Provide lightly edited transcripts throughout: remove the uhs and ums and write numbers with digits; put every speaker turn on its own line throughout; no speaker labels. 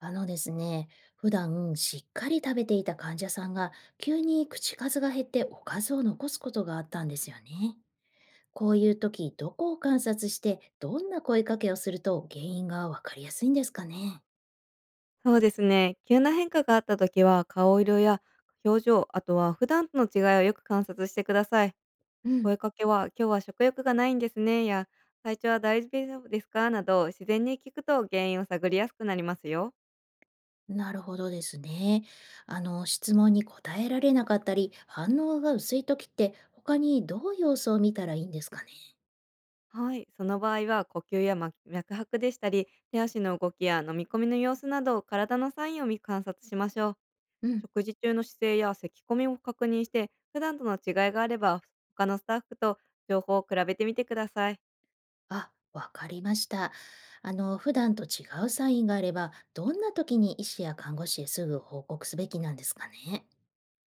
あのですね、普段しっかり食べていた患者さんが急に口数が減っておかずを残すことがあったんですよね。こういう時、どこを観察してどんな声かけをすると原因がわかりやすいんですかね。
そうですね。急な変化があった時は、顔色や表情、あとは普段との違いをよく観察してください。
うん、
声かけは、今日は食欲がないんですね、や、体調は大丈夫ですかなど、自然に聞くと原因を探りやすくなりますよ。
なるほどですね。質問に答えられなかったり、反応が薄い時って他にどう様子を見たらいいんですかね。
はい、その場合は呼吸やま脈拍でしたり、手足の動きや飲み込みの様子など、体のサインを見観察しましょう。食事中の姿勢や咳込みを確認して、普段との違いがあれば、他のスタッフと情報を比べてみてください。
あ、わかりました。普段と違うサインがあれば、どんな時に医師や看護師へすぐ報告すべきなんですかね。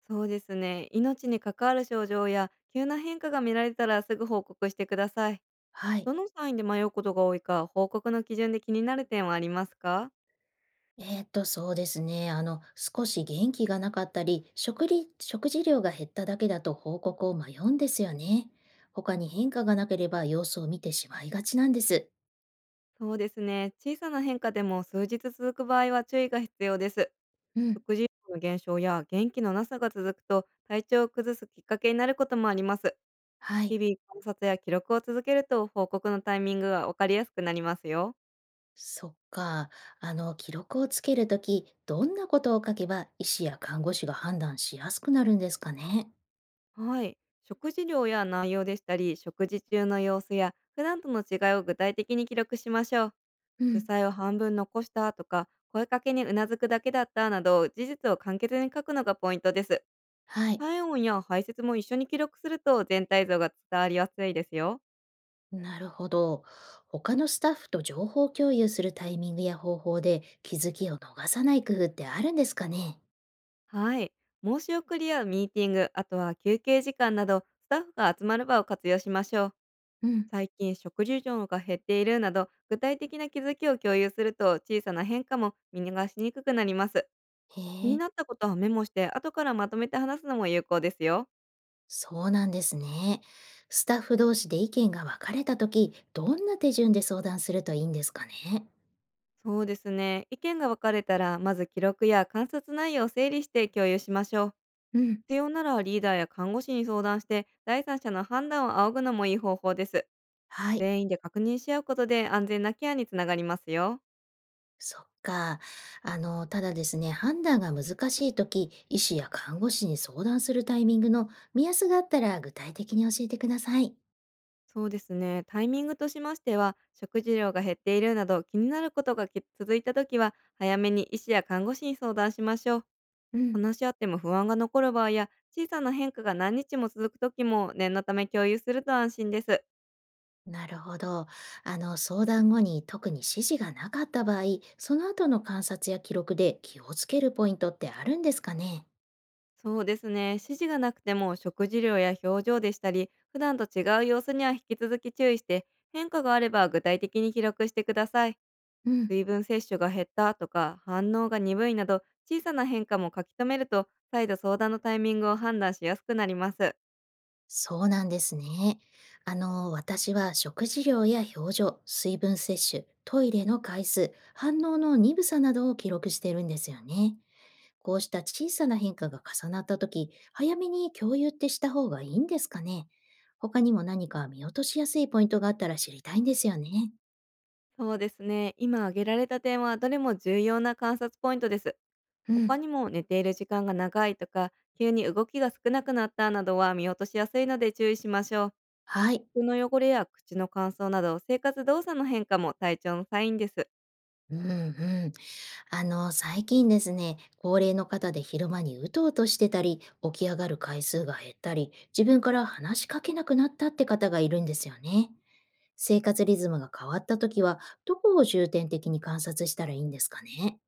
そうですね。命に関わる症状や急な変化が見られたらすぐ報告してください。
はい。
どのサインで迷うことが多いか、報告の基準で気になる点はありますか？
そうですね。少し元気がなかったり、食事量が減っただけだと報告を迷うんですよね。他に変化がなければ様子を見てしまいがちなんです。
そうですね。小さな変化でも数日続く場合は注意が必要です。
うん。
食事量の減少や元気のなさが続くと体調を崩すきっかけになることもあります。
は
日
い。
々観察や記録を続けると報告のタイミングがわかりやすくなりますよ。
そっか。記録をつけるとき、どんなことを書けば医師や看護師が判断しやすくなるんですかね。
はい。食事量や内容でしたり、食事中の様子や普段との違いを具体的に記録しましょう。
う
主
ん。
菜を半分残したとか、声かけにうなずくだけだったなど、事実を簡潔に書くのがポイントです。
はい、
体温や排泄も一緒に記録すると全体像が伝わりやすいですよ。
なるほど。他のスタッフと情報共有するタイミングや方法で気づきを逃さない工夫ってあるんですかね。
はい。申し送りやミーティング、あとは休憩時間など、スタッフが集まる場を活用しましょう。
うん、
最近食事量が減っているなど具体的な気づきを共有すると、小さな変化も見逃しにくくなります。
へ
気に
え、
なったことはメモして後からまとめて話すのも有効ですよ。
そうなんですね。スタッフ同士で意見が分かれたとき、どんな手順で相談するといいんですかね。
そうですね、意見が分かれたら、まず記録や観察内容を整理して共有しましょう。
うん、
必要ならリーダーや看護師に相談して、第三者の判断を仰ぐのもいい方法です。
はい、
全員で確認し合うことで安全なケアにつながりますよ。
そっか。ただですね、判断が難しいとき、医師や看護師に相談するタイミングの目安があったら具体的に教えてください。
そうですね。タイミングとしましては、食事量が減っているなど気になることがき続いたときは、早めに医師や看護師に相談しましょう。
うん。
話し合っても不安が残る場合や、小さな変化が何日も続くときも、念のため共有すると安心です。
なるほど。相談後に特に指示がなかった場合、その後の観察や記録で気をつけるポイントってあるんですかね。
そうですね。指示がなくても、食事量や表情でしたり、普段と違う様子には引き続き注意して、変化があれば具体的に記録してください。
うん、
水分摂取が減ったとか反応が鈍いなど、小さな変化も書き留めると再度相談のタイミングを判断しやすくなります。
そうなんですね。私は食事量や表情、水分摂取、トイレの回数、反応の鈍さなどを記録してるんですよね。こうした小さな変化が重なった時早めに共有ってした方がいいんですかね。他にも何か見落としやすいポイントがあったら知りたいんですよね。
そうですね。今挙げられた点はどれも重要な観察ポイントです。
う
他
ん。
にも寝ている時間が長いとか、急に動きが少なくなったなどは見落としやすいので注意しましょう。
はい。
服の汚れや口の乾燥など、生活動作の変化も体調のサインです。
うんうん。最近ですね、高齢の方で昼間にうとうとしてたり、起き上がる回数が減ったり、自分から話しかけなくなったって方がいるんですよね。生活リズムが変わった時は、どこを重点的に観察したらいいんですかね。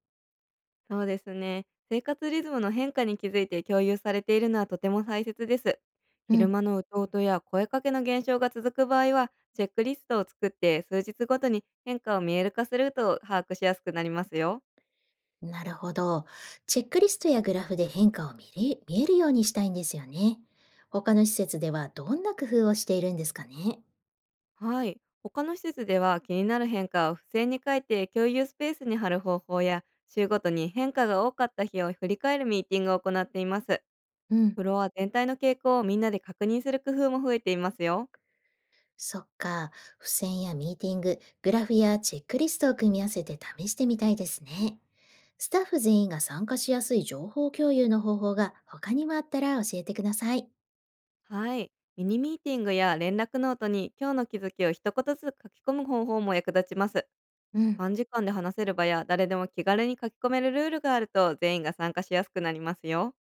そうですね。生活リズムの変化に気づいて共有されているのはとても大切です。
う
昼
ん、
間のうとうとや声かけの減少が続く場合は、チェックリストを作って数日ごとに変化を見える化すると把握しやすくなりますよ。
なるほど。チェックリストやグラフで変化を見えるようにしたいんですよね。他の施設ではどんな工夫をしているんですかね。
はい。他の施設では、気になる変化を付箋に書いて共有スペースに貼る方法や、週ごとに変化が多かった日を振り返るミーティングを行っています。
うん。
フロア全体の傾向をみんなで確認する工夫も増えていますよ。
そっか、付箋やミーティング、グラフやチェックリストを組み合わせて試してみたいですね。スタッフ全員が参加しやすい情報共有の方法が他にもあったら教えてください。
はい。ミニミーティングや連絡ノートに今日の気づきを一言ずつ書き込む方法も役立ちます。
うん、
短時間で話せる場や、誰でも気軽に書き込めるルールがあると、全員が参加しやすくなりますよ。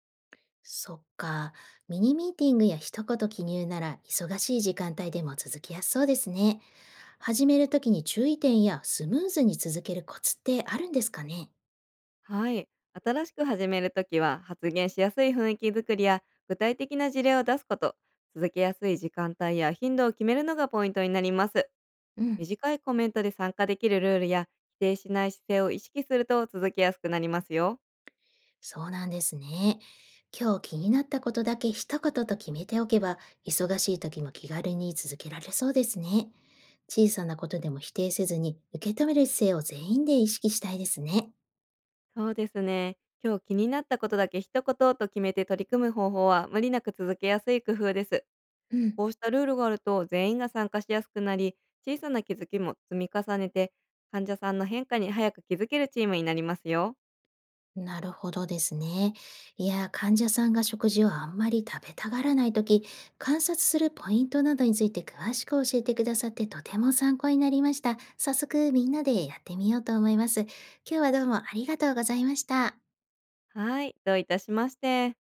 そっか、ミニミーティングや一言記入なら忙しい時間帯でも続きやすそうですね。始めるときに注意点やスムーズに続けるコツってあるんですかね。
はい。新しく始めるときは、発言しやすい雰囲気づくりや具体的な事例を出すこと、続けやすい時間帯や頻度を決めるのがポイントになります。
うん。
短いコメントで参加できるルールや、否定しない姿勢を意識すると続けやすくなりますよ。
そうなんですね。今日気になったことだけ一言と決めておけば、忙しい時も気軽に続けられそうですね。小さなことでも否定せずに、受け止める姿勢を全員で意識したいですね。
そうですね。今日気になったことだけ一言と決めて取り組む方法は、無理なく続けやすい工夫です。
うん、
こうしたルールがあると全員が参加しやすくなり、小さな気づきも積み重ねて、患者さんの変化に早く気づけるチームになりますよ。
なるほどですね。いや、患者さんが食事をあんまり食べたがらないとき、観察するポイントなどについて詳しく教えてくださってとても参考になりました。早速みんなでやってみようと思います。今日はどうもありがとうございました。
はい、どういたしまして。